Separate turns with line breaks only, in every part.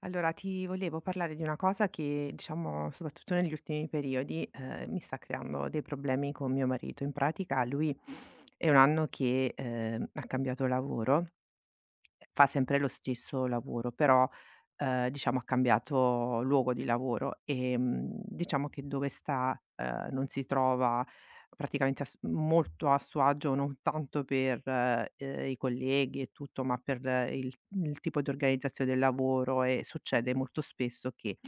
Allora, ti volevo parlare di una cosa che, diciamo, soprattutto negli ultimi periodi, mi sta creando dei problemi con mio marito. In pratica, lui è un anno che ha cambiato lavoro, fa sempre lo stesso lavoro, però, diciamo ha cambiato luogo di lavoro. Diciamo che dove sta, non si trova praticamente a s molto a suo agio, non tanto per, i colleghi e tutto, ma per il tipo di organizzazione del lavoro, e succede molto spesso che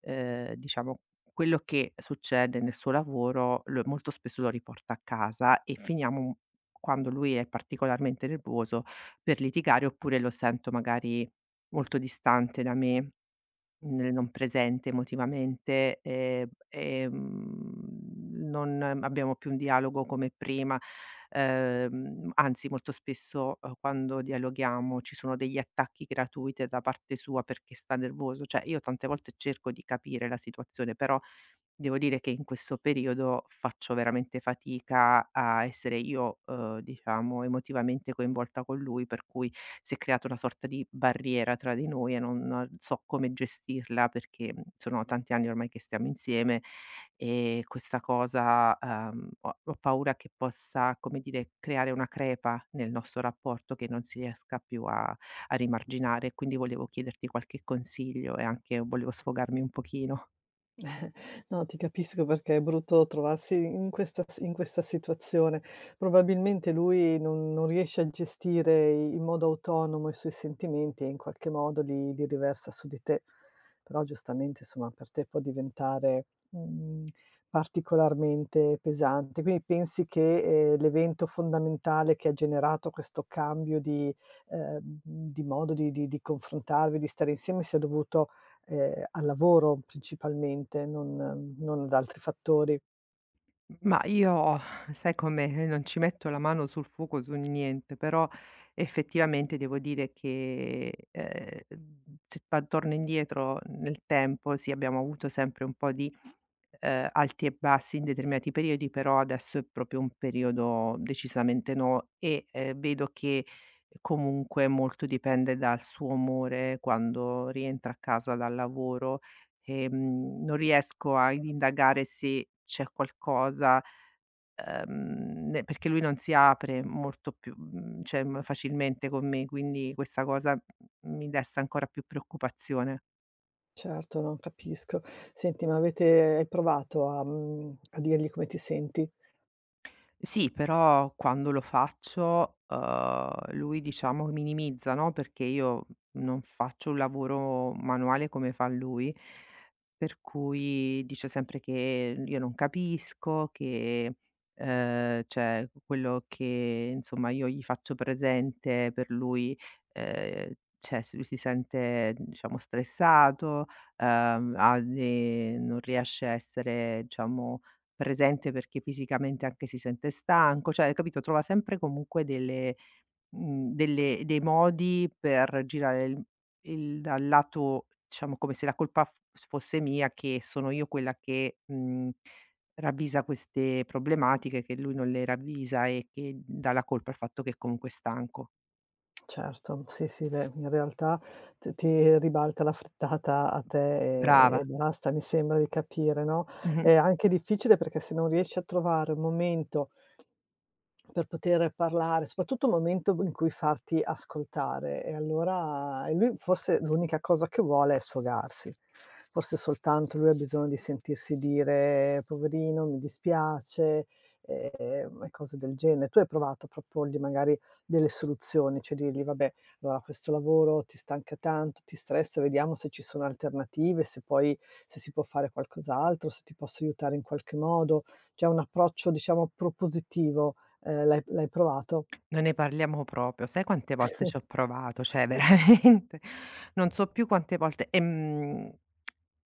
ehm, diciamo quello che succede nel suo lavoro lo molto spesso lo riporta a casa, e finiamo, quando lui è particolarmente nervoso, per litigare, oppure lo sento magari molto distante da me. Nel non presente emotivamente, non abbiamo più un dialogo come prima. Anzi molto spesso, quando dialoghiamo ci sono degli attacchi gratuiti da parte sua perché sta nervoso. Cioè, io tante volte cerco di capire la situazione, però devo dire che in questo periodo faccio veramente fatica a essere io, diciamo, emotivamente coinvolta con lui, per cui si è creata una sorta di barriera tra di noi e non so come gestirla perché, mhmm, sono tanti anni ormai che stiamo insieme, e questa cosa, ho paura che possa, come dire, creare una crepa nel nostro rapporto che non si riesca più a rimarginare. Quindi volevo chiederti qualche consiglio e anche volevo sfogarmi un pochino.
No, ti capisco perché è brutto trovarsi in questa situazione. Probabilmente lui non riesce a gestire in modo autonomo i suoi sentimenti e in qualche modo li riversa su di te. Però giustamente, insomma, per te può diventare, particolarmente pesante. Quindi pensi che, l'evento fondamentale che ha generato questo cambio di modo di confrontarvi, di stare insieme sia dovuto, al lavoro principalmente, non ad altri fattori.
Ma io, sai com'è, non ci metto la mano sul fuoco su niente, però effettivamente devo dire che, se pa torno indietro nel tempo, sì, abbiamo avuto sempre un po' di, alti e bassi in determinati periodi, però adesso è proprio un periodo decisamente no, e, vedo che comunque molto dipende dal suo umore quando rientra a casa dal lavoro. Non riesco a indagare se c'è qualcosa. Ne Perché lui non si apre molto più mhmm, mhmm, facilmente con me, quindi questa cosa, mhmm, mi desta ancora più preoccupazione.
Certo, no, capisco. Senti, ma avete hai provato a, a dirgli come ti senti?
Sì, però quando lo faccio, lui diciamo che minimizza, no, perché io non faccio un lavoro manuale come fa lui, per cui dice sempre che io non capisco, che, cioè quello che insomma io gli faccio presente, per lui, ehm, s lui si sente, diciamo, stressato, ha de non riesce a essere, diciamo, presente perché fisicamente anche si sente stanco. Cioè, capito, trova sempre comunque delle, mhmm, delle dei modi per girare il dal lato, diciamo, come se la colpa f fosse mia, che sono io quella che, mhmm, ravvisa queste problematiche, che lui non le ravvisa, e che dà la colpa al fatto che comunque è stanco.
Certo, sì, sì, beh, in realtà t ti ribalta la frittata a te e
Brava.
e basta, mi sembra di capire, no?
Mh-mh.
È anche difficile perché se non riesci a trovare un momento per poter parlare, soprattutto un momento in cui farti ascoltare e allora e lui forse l'unica cosa che vuole è sfogarsi. Forse soltanto lui ha bisogno di sentirsi dire: "Poverino, mi dispiace", e cose del genere. Tu hai provato a proporgli magari delle soluzioni, cioè dirgli: "Vabbè, allora questo lavoro ti stanca tanto, ti stressa, vediamo se ci sono alternative, se poi se si può fare qualcos'altro, se ti posso aiutare in qualche modo". Cioè un approccio, diciamo, propositivo. L'hai provato?
Non ne parliamo proprio. Sai quante volte ci ho provato? Cioè veramente non so più quante volte.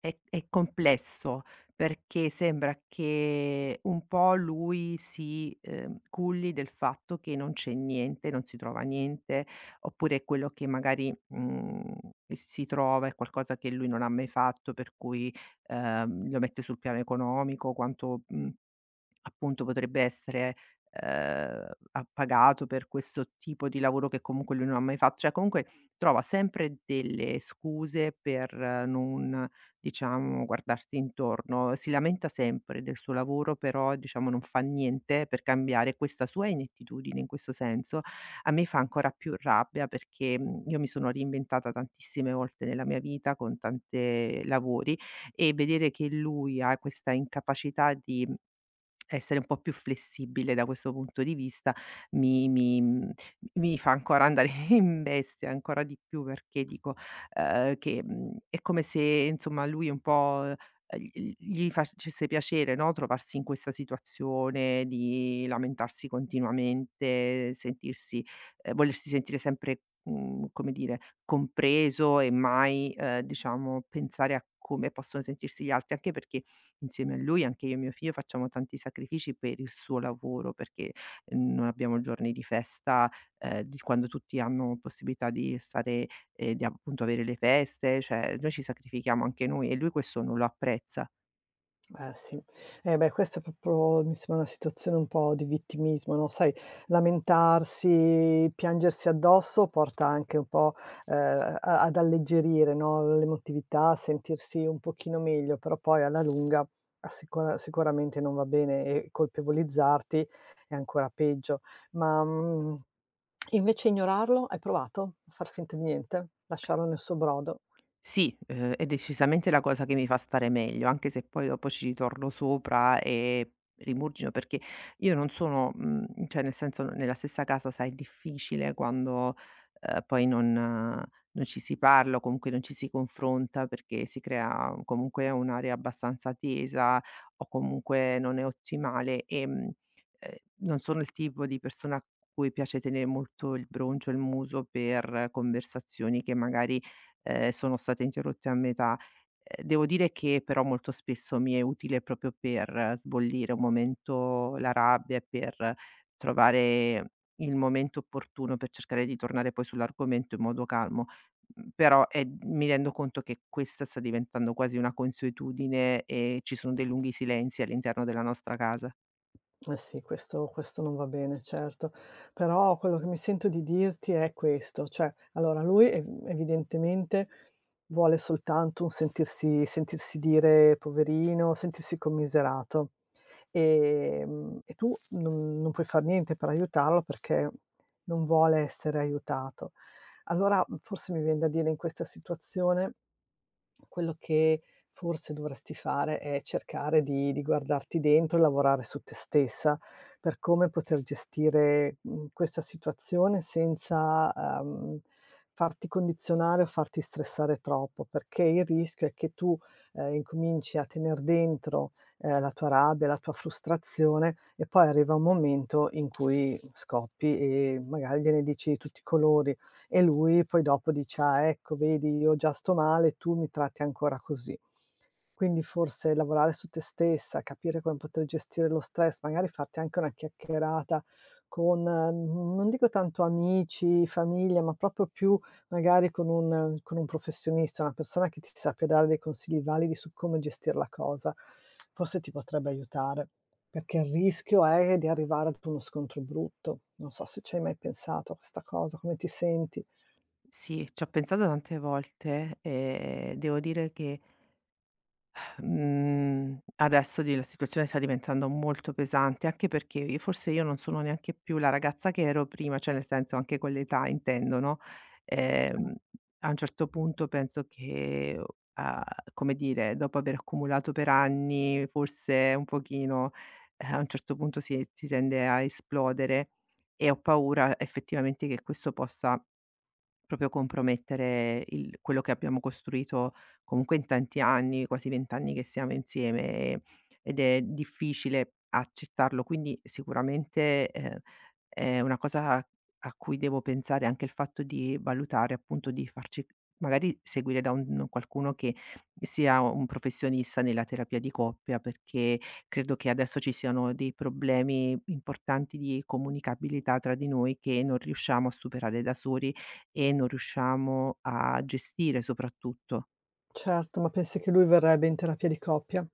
È complesso, perché sembra che un po' lui si, culli del fatto che non c'è niente, non si trova niente, oppure quello che magari, mhmm, si trova è qualcosa che lui non ha mai fatto, per cui, lo mette sul piano economico, quanto mhmm appunto potrebbe essere, appagato per questo tipo di lavoro che comunque lui non ha mai fatto. Cioè comunque trova sempre delle scuse per non, diciamo, guardarsi intorno. Si lamenta sempre del suo lavoro, però diciamo non fa niente per cambiare questa sua inettitudine in questo senso. A me fa ancora più rabbia perché, mhmm, io mi sono reinventata tantissime volte nella mia vita con tante lavori, e vedere che lui ha questa incapacità di essere un po' più flessibile da questo punto di vista mi mi mhmm, mi fa ancora andare in bestia ancora di più, perché dico, che, mhmm, è come se insomma lui un po', gli facesse piacere, no, trovarsi in questa situazione di lamentarsi continuamente, sentirsi, volersi sentire sempre, mhmm, come dire, compreso, e mai, diciamo, pensare a come possono sentirsi gli altri, anche perché insieme a lui anche io e mio figlio facciamo tanti sacrifici per il suo lavoro, perché non abbiamo giorni di festa, di quando tutti hanno possibilità di stare e di appunto avere le feste. Cioè, noi ci sacrifichiamo anche noi, e lui questo non lo apprezza.
Eh sì. Eh beh, questa è proprio mi sembra una situazione un po' di vittimismo, no, sai, lamentarsi, piangersi addosso porta anche un po', a ad alleggerire, no, l'emotività, a sentirsi un pochino meglio, però poi alla lunga a sicura sicuramente non va bene e colpevolizzarti è ancora peggio. Ma, invece ignorarlo, hai provato a far finta di niente? Lasciarlo nel suo brodo?
Sì, è decisamente la cosa che mi fa stare meglio, anche se poi dopo ci ritorno sopra e rimurgino, perché io non sono, mhmm, cioè nel senso, nella stessa casa, sai, è difficile quando, poi non non ci si parla, o comunque non ci si confronta, perché si crea comunque un'area abbastanza tesa, o comunque non è ottimale. Ehm, Non sono il tipo di persona a cui piace tenere molto il broncio, il muso per conversazioni che magari, sono state interrotte a metà. Devo dire che però molto spesso mi è utile proprio per sbollire un momento la rabbia, e per trovare il momento opportuno per cercare di tornare poi sull'argomento in modo calmo. Mhmm, però, mi rendo conto che questa sta diventando quasi una consuetudine, e ci sono dei lunghi silenzi all'interno della nostra casa.
Eh sì, questo non va bene, certo. Però quello che mi sento di dirti è questo, cioè allora lui ev evidentemente vuole soltanto un sentirsi dire poverino, sentirsi commiserato. E tu non puoi far niente per aiutarlo perché non vuole essere aiutato. Allora, forse mi vien da dire in questa situazione quello che forse dovresti fare è cercare di guardarti dentro e lavorare su te stessa, per come poter gestire, questa situazione senza, farti condizionare o farti stressare troppo, perché il rischio è che tu, incominci a tener dentro, la tua rabbia, la tua frustrazione e poi arriva un momento in cui scoppi e magari gliene dici di tutti i colori. E lui poi dopo dice: "Ah, ecco vedi io già sto male, tu mi tratti ancora così". Quindi forse lavorare su te stessa, capire come poter gestire lo stress, magari farti anche una chiacchierata con, non dico tanto amici, famiglia, ma proprio più magari con un professionista, una persona che ti sappia dare dei consigli validi su come gestir la cosa, forse ti potrebbe aiutare, perché il rischio è di arrivare ad uno scontro brutto. Non so se ci hai mai pensato a questa cosa, come ti senti?
Sì, ci ho pensato tante volte, e devo dire che, mhmm, adesso di la situazione sta diventando molto pesante, anche perché i forse io non sono neanche più la ragazza che ero prima, cioè nel senso anche con l'età intendo, no. ehm, A un certo punto penso che o a come dire, dopo aver accumulato per anni, forse un pochino, a un certo punto si tende a esplodere, e ho paura effettivamente che questo possa proprio compromettere il quello che abbiamo costruito comunque in tanti anni, quasi 20 anni che siamo insieme, ehm, ed è difficile accettarlo. Quindi sicuramente, è una cosa a cui devo pensare, anche il fatto di valutare appunto di farci magari seguire da un qualcuno che sia un professionista nella terapia di coppia, perché credo che adesso ci siano dei problemi importanti di comunicabilità tra di noi che non riusciamo a superare da soli, e non riusciamo a gestire soprattutto.
Certo, ma pensi che lui verrebbe in terapia di coppia?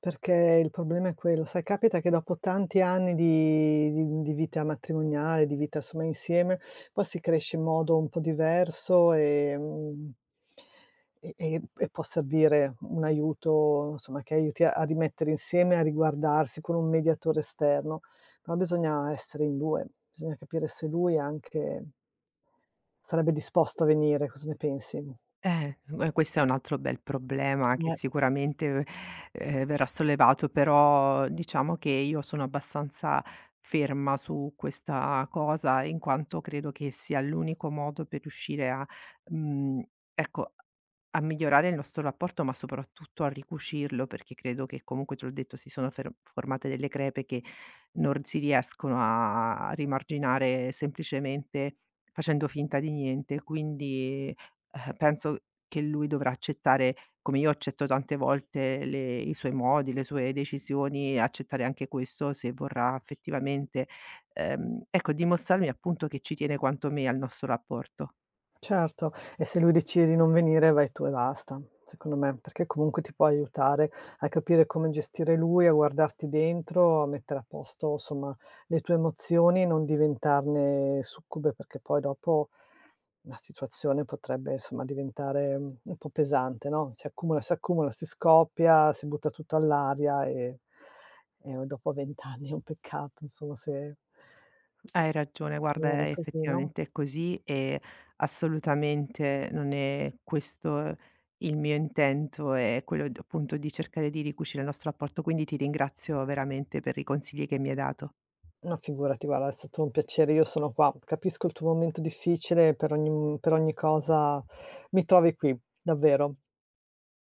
Perché il problema è quello, sai capita che dopo tanti anni di vita matrimoniale, di vita insomma insieme, poi si cresce in modo un po' diverso, e può servire un aiuto, insomma, che aiuti a rimettere insieme, a riguardarsi con un mediatore esterno, però bisogna essere in 2, bisogna capire se lui anche sarebbe disposto a venire, cosa ne pensi?
E questo è un altro bel problema che
Eh.
sicuramente, verrà sollevato, però diciamo che io sono abbastanza ferma su questa cosa, in quanto credo che sia l'unico modo per riuscire a, mhmm, ecco, a migliorare il nostro rapporto, ma soprattutto a ricucirlo, perché credo che comunque, te l'ho detto, si sono fer formate delle crepe che non si riescono a rimarginare semplicemente facendo finta di niente. Quindi, penso che lui dovrà accettare, come io accetto tante volte le i suoi modi, le sue decisioni, accettare anche questo, se vorrà effettivamente, ecco, dimostrarmi appunto che ci tiene quanto me al nostro rapporto.
Certo, e se lui decide di non venire vai tu e basta, secondo me, perché comunque ti può aiutare a capire come gestire lui, a guardarti dentro, a mettere a posto, insomma, le tue emozioni e non diventarne succube, perché poi dopo la situazione potrebbe, insomma, diventare, un po' pesante, no, si accumula, si accumula, si scoppia, si butta tutto all'aria e dopo 20 anni è un peccato, insomma, se
Hai ragione, guarda, è
finire così, no?
effettivamente è così, e assolutamente non è questo il mio intento. È quello d appunto di cercare di ricucire il nostro rapporto, quindi ti ringrazio veramente per i consigli che mi hai dato.
No figurati guarda, è stato un piacere, io sono qua. Capisco il tuo momento difficile per ogni m per ogni cosa mi trovi qui, davvero.